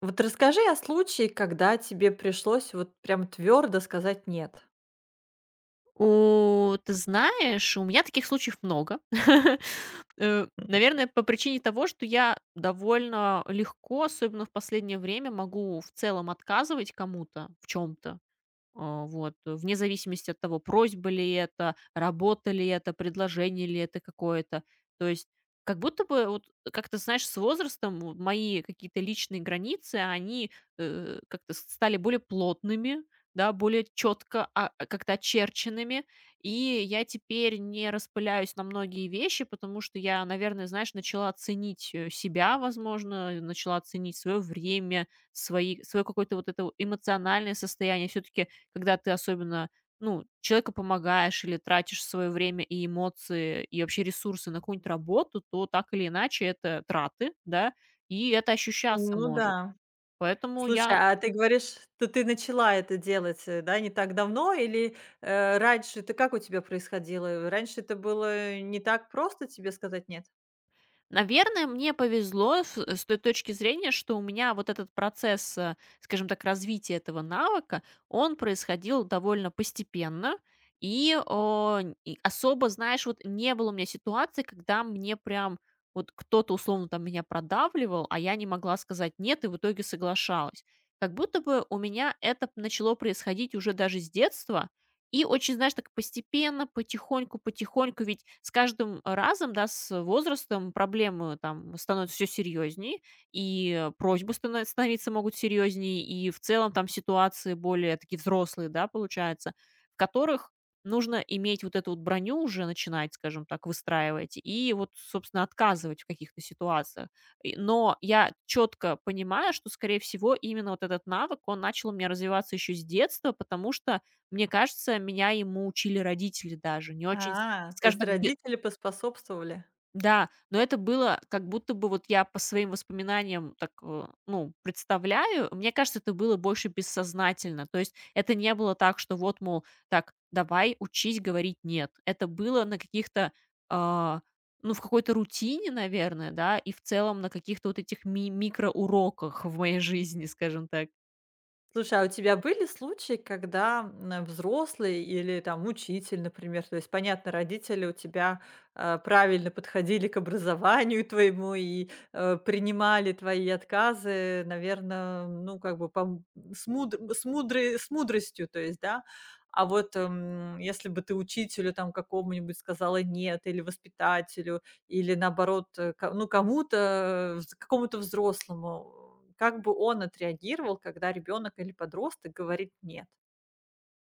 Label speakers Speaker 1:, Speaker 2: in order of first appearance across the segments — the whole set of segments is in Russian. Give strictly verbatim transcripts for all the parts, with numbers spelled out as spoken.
Speaker 1: Вот расскажи о случае, когда тебе пришлось вот прям твердо сказать "нет".
Speaker 2: У, ты знаешь, у меня таких случаев много. Э, наверное, по причине того, что я довольно легко, особенно в последнее время, могу в целом отказывать кому-то в чем то, а, вот, э, вне зависимости от того, просьба ли это, работа ли это, предложение ли это какое-то. То есть как будто бы, вот как-то, знаешь, с возрастом вот мои какие-то личные границы, они э, как-то с- стали более плотными, да, более четко а, а, как-то очерченными. И я теперь не распыляюсь на многие вещи, потому что я, наверное, знаешь, начала ценить э, себя, возможно, начала ценить свое время, свои, свое какое-то вот это вот эмоциональное состояние. Все-таки когда ты особенно, ну, человеку помогаешь или тратишь свое время и эмоции, и вообще ресурсы на какую-нибудь работу, то так или иначе это траты, да, и это ощущаться
Speaker 1: Ну
Speaker 2: может.
Speaker 1: да.
Speaker 2: Поэтому
Speaker 1: Слушай,
Speaker 2: я
Speaker 1: а ты говоришь, что ты начала это делать, э, да, не так давно или, э, раньше это как у тебя происходило? Раньше это было не так просто тебе сказать "нет"?
Speaker 2: Наверное, мне повезло с э, с той точки зрения, что у меня вот этот процесс, э, скажем так, развития этого навыка, он происходил довольно постепенно. И, о, н- и особо, знаешь, вот не было у меня ситуации, когда мне прям вот кто-то условно там меня продавливал, а я не могла сказать нет и в итоге соглашалась. Как будто бы у меня это начало происходить уже даже с детства, и очень, знаешь, так постепенно, потихоньку, потихоньку, ведь с каждым разом, да, с возрастом проблемы там становятся все серьезнее, и э, просьбы станов- становиться могут серьезнее, и в целом там ситуации более такие взрослые, да, получается, в которых нужно иметь вот эту вот броню уже начинать, скажем так, выстраивать, и вот, собственно, отказывать в каких-то ситуациях. И- Но я четко понимаю, что, скорее всего, именно вот этот навык, он начал у меня развиваться еще с детства, потому что мне кажется, меня ему учили родители даже. Не очень, с
Speaker 1: А. То
Speaker 2: скажем
Speaker 1: есть
Speaker 2: так, бе
Speaker 1: родители поспособствовали?
Speaker 2: да, но это было как будто бы вот я по своим воспоминаниям так, э, ну, представляю. Мне кажется, это было больше бессознательно. То есть это не было так, что вот, мол, так, давай учись говорить "нет". Это было на каких-то, а, ну, в какой-то рутине, наверное, да, и в целом на каких-то вот этих ми микроуроках в моей жизни, скажем так.
Speaker 1: Слушай, а у тебя были случаи, когда, м, э, взрослый или там учитель, например, то есть, понятно, родители у тебя, э, правильно подходили к образованию твоему и, э, принимали твои отказы, наверное, ну, как бы пом с муд с мудры с мудростью, то есть, да? А вот, м, если бы ты учителю там какому-нибудь сказала "нет" или воспитателю, или наоборот, э, ко ну, кому-то, э, вз какому-то взрослому, как бы он отреагировал, когда ребенок или подросток говорит "нет"?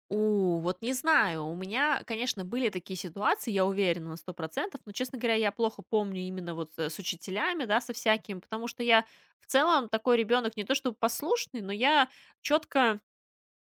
Speaker 2: У, вот не знаю. У меня, конечно, были такие ситуации, я уверена на сто процентов, но, честно говоря, я плохо помню именно вот э, с учителями, да, со всяким, потому что я в целом такой ребенок не то чтобы послушный, но я четко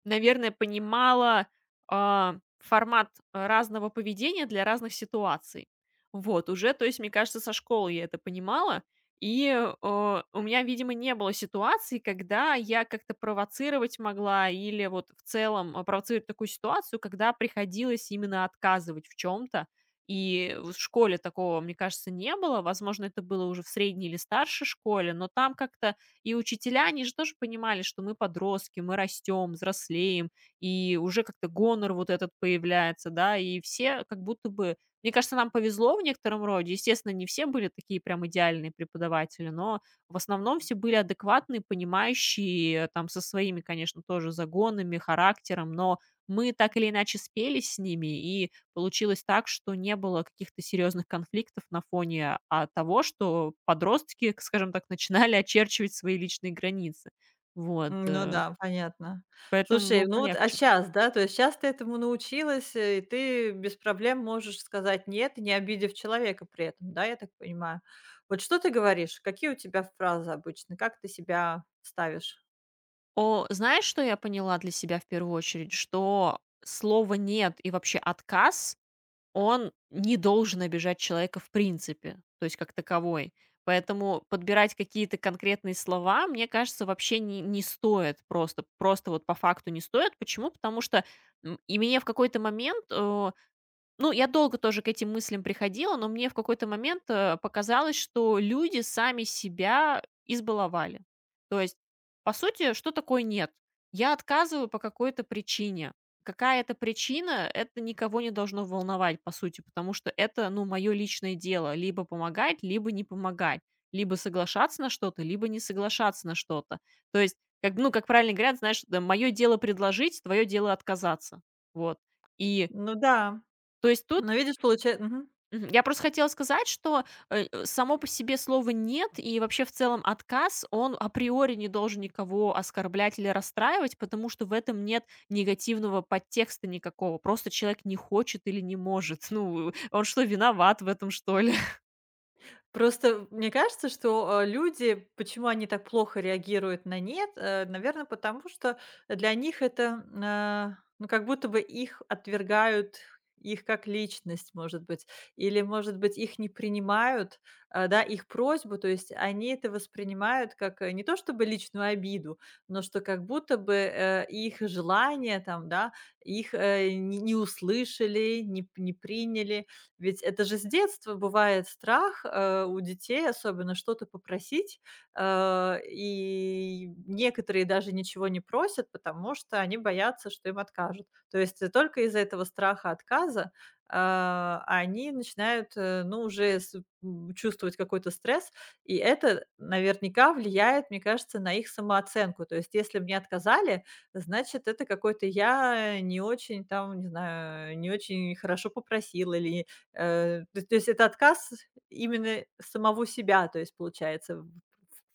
Speaker 2: наверное, понимала, а, формат, а, разного поведения для разных ситуаций. Вот, уже, то есть, мне кажется, со школы я это понимала. И, э, а, у меня, видимо, не было ситуации, когда я как-то провоцировать могла или вот в целом, а, провоцировать такую ситуацию, когда приходилось именно отказывать в чем то. И в школе такого, мне кажется, не было. Возможно, это было уже в средней или старшей школе, но там как-то и учителя, они же тоже понимали, что мы подростки, мы растем, взрослеем, и уже как-то гонор вот этот появляется, да, и все как будто бы. Мне кажется, нам повезло в некотором роде. Естественно, не все были такие прям идеальные преподаватели, но в основном все были адекватные, понимающие, э, там, со своими, конечно, тоже загонами, характером, но мы так или иначе спелись с ними, и получилось так, что не было каких-то серьезных конфликтов на фоне, а, того, что подростки, к скажем так, начинали очерчивать свои личные границы. Вот,
Speaker 1: М, ну
Speaker 2: э,
Speaker 1: да, понятно.
Speaker 2: поэтому было
Speaker 1: Слушай, ну вот, а
Speaker 2: полегче.
Speaker 1: сейчас, да, то есть сейчас ты этому научилась, э, и ты без проблем можешь сказать "нет", не обидев человека при этом, да, я так понимаю? Вот что ты говоришь? Какие у тебя фразы обычно? Как ты себя ставишь?
Speaker 2: О, знаешь, что я поняла для себя в первую очередь? Что слово "нет" и вообще отказ. Он не должен обижать человека в принципе, то есть как таковой. Поэтому подбирать какие-то конкретные слова, мне кажется, вообще не, не стоит просто. Просто вот по факту не стоит. Почему? Потому что м, и мне в какой-то момент э, ну, я долго тоже к этим мыслям приходила, но мне в какой-то момент, э, показалось, что люди сами себя избаловали. То есть, по сути, что такое "нет"? Я отказываю по какой-то причине. Какая это причина, это никого не должно волновать, по сути, потому что это, ну, мое личное дело: либо помогать, либо не помогать, либо соглашаться на что-то, либо не соглашаться на что-то. То есть, как, ну, как правильно говорят, знаешь, да: "Мое дело предложить, твое дело отказаться". Вот. И,
Speaker 1: Ну да,
Speaker 2: то есть, тут
Speaker 1: но видишь, получается.
Speaker 2: Мгм. Я просто хотела сказать, что, э, э, само по себе слова "нет" и вообще в целом отказ, он априори не должен никого оскорблять или расстраивать, потому что в этом нет негативного подтекста никакого. Просто человек не хочет или не может. Ну, он что, виноват в этом, что ли?
Speaker 1: Просто мне кажется, что, э, люди, почему они так плохо реагируют на "нет", наверное, потому что для них это, м, а, ну, как будто бы их отвергают, их как личность, может быть, или, может быть, их не принимают, а, да, их просьбу. То есть они это воспринимают как, э, не то чтобы личную обиду, но что как будто бы, э, их желание там, да, их, э, не не услышали, не не приняли. Ведь это же с детства бывает страх, э, у детей особенно что-то попросить, э, и некоторые даже ничего не просят, потому что они боятся, что им откажут. То есть э, только из-за этого страха отказа, а, они начинают, э, ну, уже с м, чувствовать какой-то стресс, и это наверняка влияет, мне кажется, на их самооценку. То есть если мне отказали, значит, это какой-то я не очень там, не знаю, не очень хорошо попросила или Э, то то есть это отказ именно самого себя, то есть получается в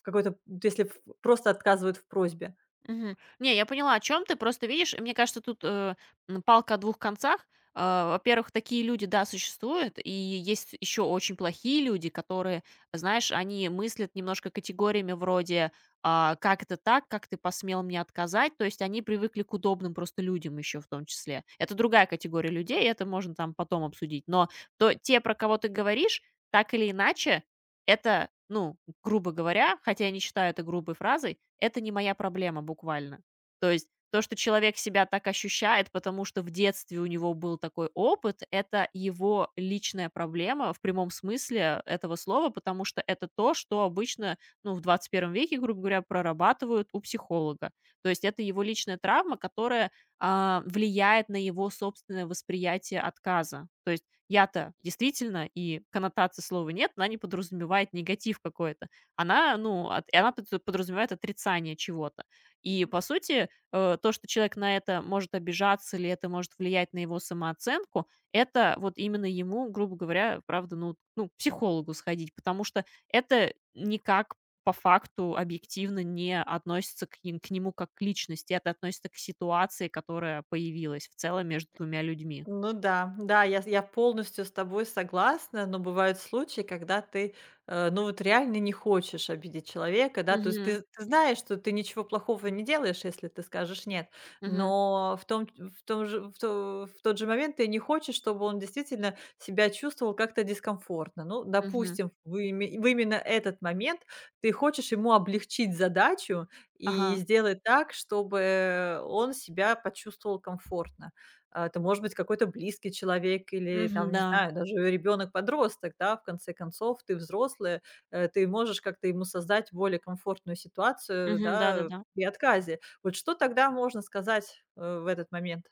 Speaker 1: в какой-то, если ф просто отказывают в просьбе.
Speaker 2: Мгм. Не, я поняла, о чем ты. Просто видишь, мне кажется, тут, э, м, палка о двух концах. А, во-первых, такие люди, да, существуют, и есть еще очень плохие люди, которые, знаешь, они мыслят немножко категориями вроде: "А, как это так? Как ты посмел мне отказать?" То есть они привыкли к удобным просто людям еще в том числе. Это другая категория людей, это можно там потом обсудить. Но то те, про кого ты говоришь, так или иначе, это, ну грубо говоря, хотя я не считаю это грубой фразой, это не моя проблема буквально. То есть то, что человек себя так ощущает, потому что в детстве у него был такой опыт, это его личная проблема в прямом смысле этого слова, потому что это то, что обычно, ну, в двадцать первом веке, грубо говоря, прорабатывают у психолога. То есть это его личная травма, которая а, влияет на его собственное восприятие отказа. То есть я-то действительно, и коннотации слова нет, она не подразумевает негатив какой-то. Она, ну, от и она под подразумевает отрицание чего-то. И, по сути, э, то, что человек на это может обижаться или это может влиять на его самооценку, это вот именно ему, грубо говоря, правда, ну ну, к психологу сходить, потому что это никак по факту объективно не относится к ним к нему как к личности. Это относится к ситуации, которая появилась в целом между двумя людьми.
Speaker 1: Ну да, да, я с я полностью с тобой согласна, но бывают случаи, когда ты, э, ну, вот реально не хочешь обидеть человека, да. То есть
Speaker 2: Угу,
Speaker 1: ты ты знаешь, что ты ничего плохого не делаешь, если ты скажешь "нет",
Speaker 2: угу.
Speaker 1: но в том в том же в то в тот же момент ты не хочешь, чтобы он действительно себя чувствовал как-то дискомфортно. Ну,
Speaker 2: Мгм.
Speaker 1: допустим, в име в именно этот момент ты хочешь ему облегчить задачу и
Speaker 2: Ага.
Speaker 1: сделать так, чтобы он себя почувствовал комфортно. А, это может быть какой-то близкий человек или
Speaker 2: Мгм,
Speaker 1: там, не
Speaker 2: да.
Speaker 1: знаю, даже ребенок-подросток, да, в конце концов, ты взрослый, э, ты можешь как-то ему создать более комфортную ситуацию,
Speaker 2: Мгм,
Speaker 1: да,
Speaker 2: да-да-да.
Speaker 1: при отказе. Вот что тогда можно сказать, э, в этот момент?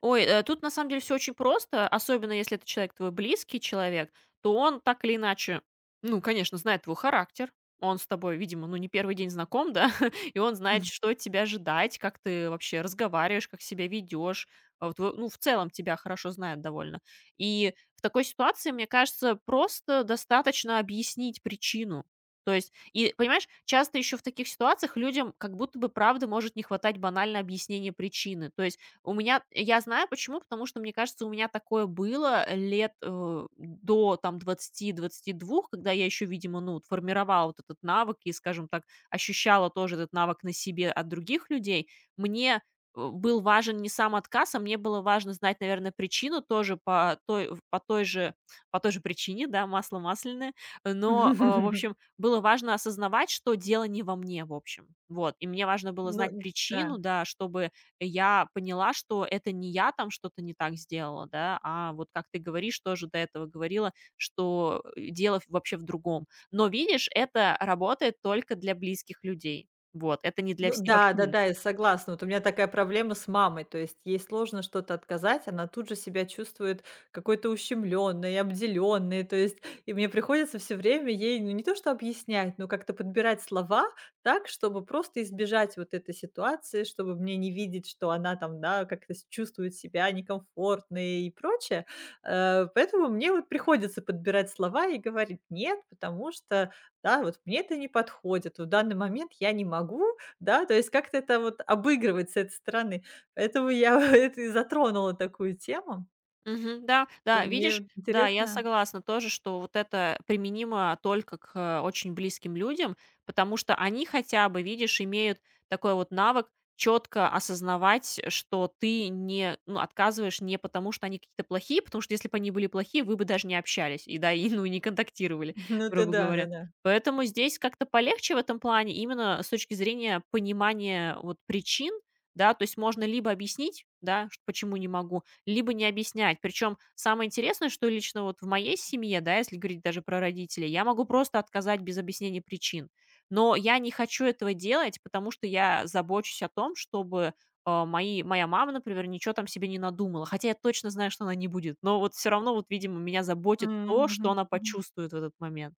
Speaker 2: Ой, э, тут на самом деле все очень просто, особенно если это человек твой близкий человек, то он так или иначе, ну, конечно, знает твой характер. Он с тобой, видимо, ну, не первый день знаком, да, и он знает, что от тебя ожидать, как ты вообще разговариваешь, как себя ведешь. А вот вы ну, в целом тебя хорошо знает довольно. И в такой ситуации, мне кажется, просто достаточно объяснить причину. То есть и, понимаешь, часто еще в таких ситуациях людям как будто бы правда может не хватать банально объяснения причины. То есть у меня я знаю почему, потому что, мне кажется, у меня такое было лет, э, до там двадцати-двадцати двух, когда я еще, видимо, ну, вот формировала вот этот навык и, скажем так, ощущала тоже этот навык на себе от других людей. Мне, э, был важен не сам отказ, а мне было важно знать, наверное, причину тоже по той по той же по той же причине, да, масло масляное. Но, э, в общем, было важно осознавать, что дело не во мне, в общем. Вот. И мне важно было знать
Speaker 1: Ну да.
Speaker 2: причину, да, чтобы я поняла, что это не я там что-то не так сделала, да, а вот как ты говоришь, тоже до этого говорила, что э, дело в- вообще в другом. Но видишь, это работает только для близких людей. Вот, это не для
Speaker 1: Ну
Speaker 2: всех,
Speaker 1: да,
Speaker 2: вообще.
Speaker 1: да-да, я согласна. Вот у меня такая проблема с мамой. То есть ей сложно что-то отказать, она тут же себя чувствует какой-то ущемленной, обделенной. То есть, и мне приходится все время ей, ну, не то что объяснять, но как-то подбирать слова так, чтобы просто избежать вот этой ситуации, чтобы мне не видеть, что она там, да, как-то с- чувствует себя некомфортной и прочее. Э, Поэтому мне вот приходится подбирать слова и говорить нет, потому что, да, вот мне это не подходит. В данный момент я не могу, да, то есть как-то это вот обыгрывать с этой стороны. Поэтому я это и затронула такую тему.
Speaker 2: Мгм. Да,
Speaker 1: То
Speaker 2: да,
Speaker 1: мне
Speaker 2: видишь,
Speaker 1: вот
Speaker 2: да, я
Speaker 1: интересно.
Speaker 2: согласна тоже, что вот это применимо только к э, очень близким людям, потому что они хотя бы, видишь, имеют такой вот навык четко осознавать, что ты не, ну, отказываешь не потому, что они какие-то плохие, потому что если бы они были плохие, вы бы даже не общались и да, и ну, и не контактировали,
Speaker 1: Ну, это
Speaker 2: грубо
Speaker 1: да,
Speaker 2: говоря.
Speaker 1: да-да.
Speaker 2: Поэтому здесь как-то полегче в этом плане именно с точки зрения понимания вот причин, да, то есть можно либо объяснить, да, ш- почему не могу, либо не объяснять. Причем самое интересное, что лично вот в моей семье, да, если говорить даже про родителей, я могу просто отказать без объяснения причин. Но я не хочу этого делать, потому что я забочусь о том, чтобы а, мои, моя мама, например, ничего там себе не надумала. Хотя я точно знаю, что она не будет. Но вот все равно, вот, видимо, меня
Speaker 1: М,
Speaker 2: заботит то, что
Speaker 1: мгм,
Speaker 2: она
Speaker 1: мгм.
Speaker 2: почувствует в этот момент.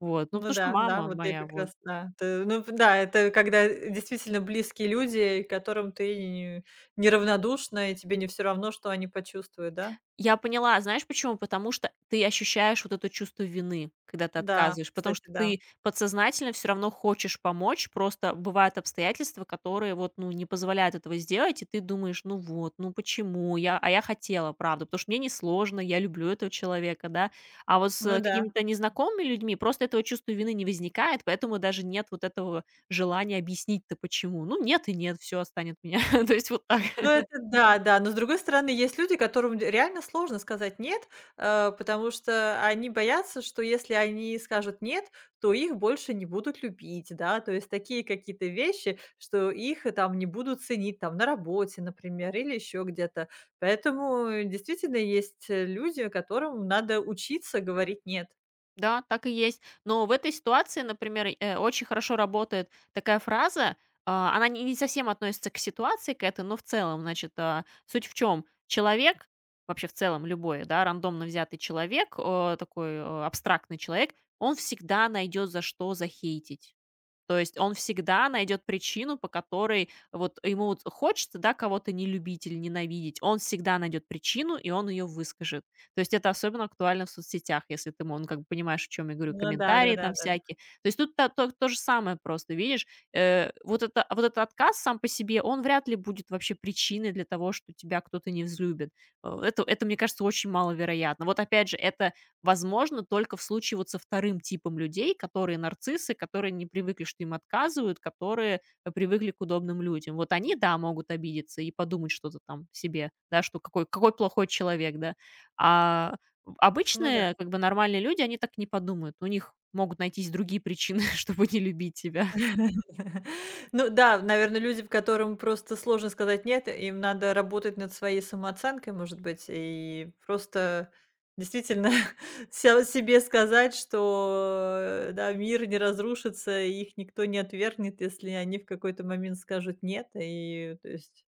Speaker 2: Вот. Ну,
Speaker 1: Ну
Speaker 2: потому что
Speaker 1: да, да,
Speaker 2: мама
Speaker 1: вот я
Speaker 2: моя,
Speaker 1: как
Speaker 2: вот.
Speaker 1: раз, да. Т ну да, это когда действительно близкие люди, к которым ты не неравнодушна, и тебе не все равно, что они почувствуют, да?
Speaker 2: Я поняла, а знаешь почему? Потому что ты ощущаешь вот это чувство вины, когда ты
Speaker 1: Да,
Speaker 2: отказываешь, потому
Speaker 1: кстати,
Speaker 2: что
Speaker 1: да.
Speaker 2: ты подсознательно все равно хочешь помочь, просто бывают обстоятельства, которые вот, ну, не позволяют этого сделать, и ты думаешь: "Ну вот, ну почему я? А я хотела, правда, потому что мне несложно, я люблю этого человека", да. А вот с
Speaker 1: Ну
Speaker 2: э,
Speaker 1: да.
Speaker 2: какими-то незнакомыми людьми просто этого чувства вины не возникает, поэтому даже нет вот этого желания объяснить-то почему. Ну, нет и нет, все останет меня. То есть вот так.
Speaker 1: Ну, это да, да. Но, с другой стороны, есть люди, которым д реально сложно сказать "нет", э, потому что они боятся, что если они скажут "нет", то их больше не будут любить, да. То есть такие какие-то вещи, что их, э, там не будут ценить, там, на работе, например, или еще где-то. Поэтому, э, действительно есть, э, люди, которым надо учиться говорить "нет".
Speaker 2: Да, так и есть. Но в этой ситуации, например, э, очень хорошо работает такая фраза, а, она не не совсем относится к ситуации к этой, но в целом, значит, а, суть в чем? Человек, вообще в целом любой, да, рандомно взятый человек, э, такой, э, абстрактный человек, он всегда найдет за что захейтить. То есть он всегда найдет причину, по которой вот ему вот хочется, да, кого-то не любить или ненавидеть. Он всегда найдет причину, и он ее выскажет. То есть это особенно актуально в соцсетях, если ты, мо- ну, как бы понимаешь, о чем я говорю,
Speaker 1: Ну да,
Speaker 2: комментарии там
Speaker 1: да-да-да.
Speaker 2: всякие. То есть тут та- то, то же самое просто, видишь, э, вот, это, вот этот отказ сам по себе, он вряд ли будет вообще причиной для того, что тебя кто-то не взлюбит. Э, Это, это мне кажется, очень маловероятно. Вот опять же, это возможно только в случае вот со вторым типом людей, которые нарциссы, которые не привыкли, что им отказывают, которые, э, привыкли к удобным людям. Вот они, да, могут обидеться и подумать что-то там себе, да, что какой какой плохой человек, да. А
Speaker 1: Ну
Speaker 2: обычные, как бы нормальные люди, они так не подумают. У них могут найтись другие причины, чтобы не любить тебя.
Speaker 1: Ну да, наверное, люди, которым просто сложно сказать "нет", им надо работать над своей самооценкой, может быть, и просто действительно се себе сказать, что, э, да, мир не разрушится, и их никто не отвергнет, если они в какой-то момент скажут "нет". И, то есть,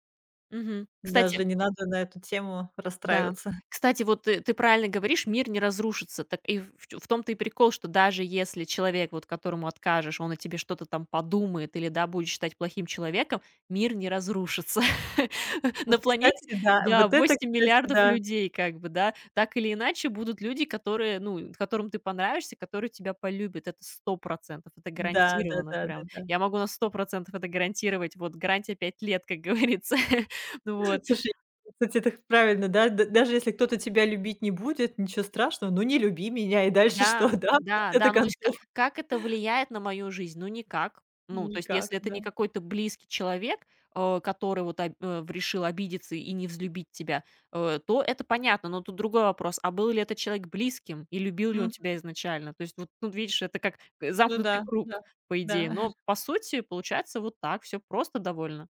Speaker 2: Мгм. Кстати.
Speaker 1: даже не надо на эту тему
Speaker 2: Да.
Speaker 1: расстраиваться.
Speaker 2: Кстати, вот ты ты правильно говоришь, мир не разрушится. Так и в чё- в том-то и прикол, что даже если человек, вот которому откажешь, он о тебе что-то там подумает или, да, будет считать плохим человеком, мир не разрушится.
Speaker 1: Вот,
Speaker 2: На планете,
Speaker 1: кстати, да,
Speaker 2: да,
Speaker 1: вот это,
Speaker 2: восемь
Speaker 1: кстати,
Speaker 2: миллиардов
Speaker 1: да.
Speaker 2: людей, как бы, да. Так или иначе будут люди, которые, ну, которым ты понравишься, которые тебя полюбят. Это сто процентов, это
Speaker 1: Да,
Speaker 2: гарантированно прям.
Speaker 1: да-да-да-да.
Speaker 2: Я могу на сто процентов это гарантировать. Вот гарантия пять лет, как говорится. Вот.
Speaker 1: Слушай, кстати, это правильно, да? Д даже если кто-то тебя любить не будет, ничего страшного. Ну, не люби меня, и дальше что,
Speaker 2: Да,
Speaker 1: да? В
Speaker 2: да,
Speaker 1: конце-то
Speaker 2: да. Ну, то есть ка
Speaker 1: концов
Speaker 2: как это влияет на мою жизнь? Ну, никак. Ну, то есть
Speaker 1: никак,
Speaker 2: если это
Speaker 1: да.
Speaker 2: не какой-то близкий человек, э, который вот об э, в- решил обидеться и не взлюбить тебя, э, то это понятно. Но тут другой вопрос: а был ли этот человек близким и любил ли он
Speaker 1: Мгм.
Speaker 2: тебя изначально? То есть вот тут, видишь, это как, э,
Speaker 1: Ну
Speaker 2: замкнутый
Speaker 1: да, да,
Speaker 2: круг, по идее.
Speaker 1: да,
Speaker 2: Но по сути получается вот так, все просто довольно.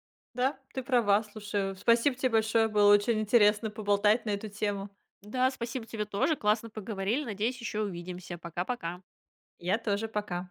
Speaker 1: да, ты права. Слушай, спасибо тебе большое, было очень интересно поболтать на эту тему.
Speaker 2: Да, спасибо тебе тоже, классно поговорили. Надеюсь, еще увидимся. Пока-пока.
Speaker 1: Я тоже, пока.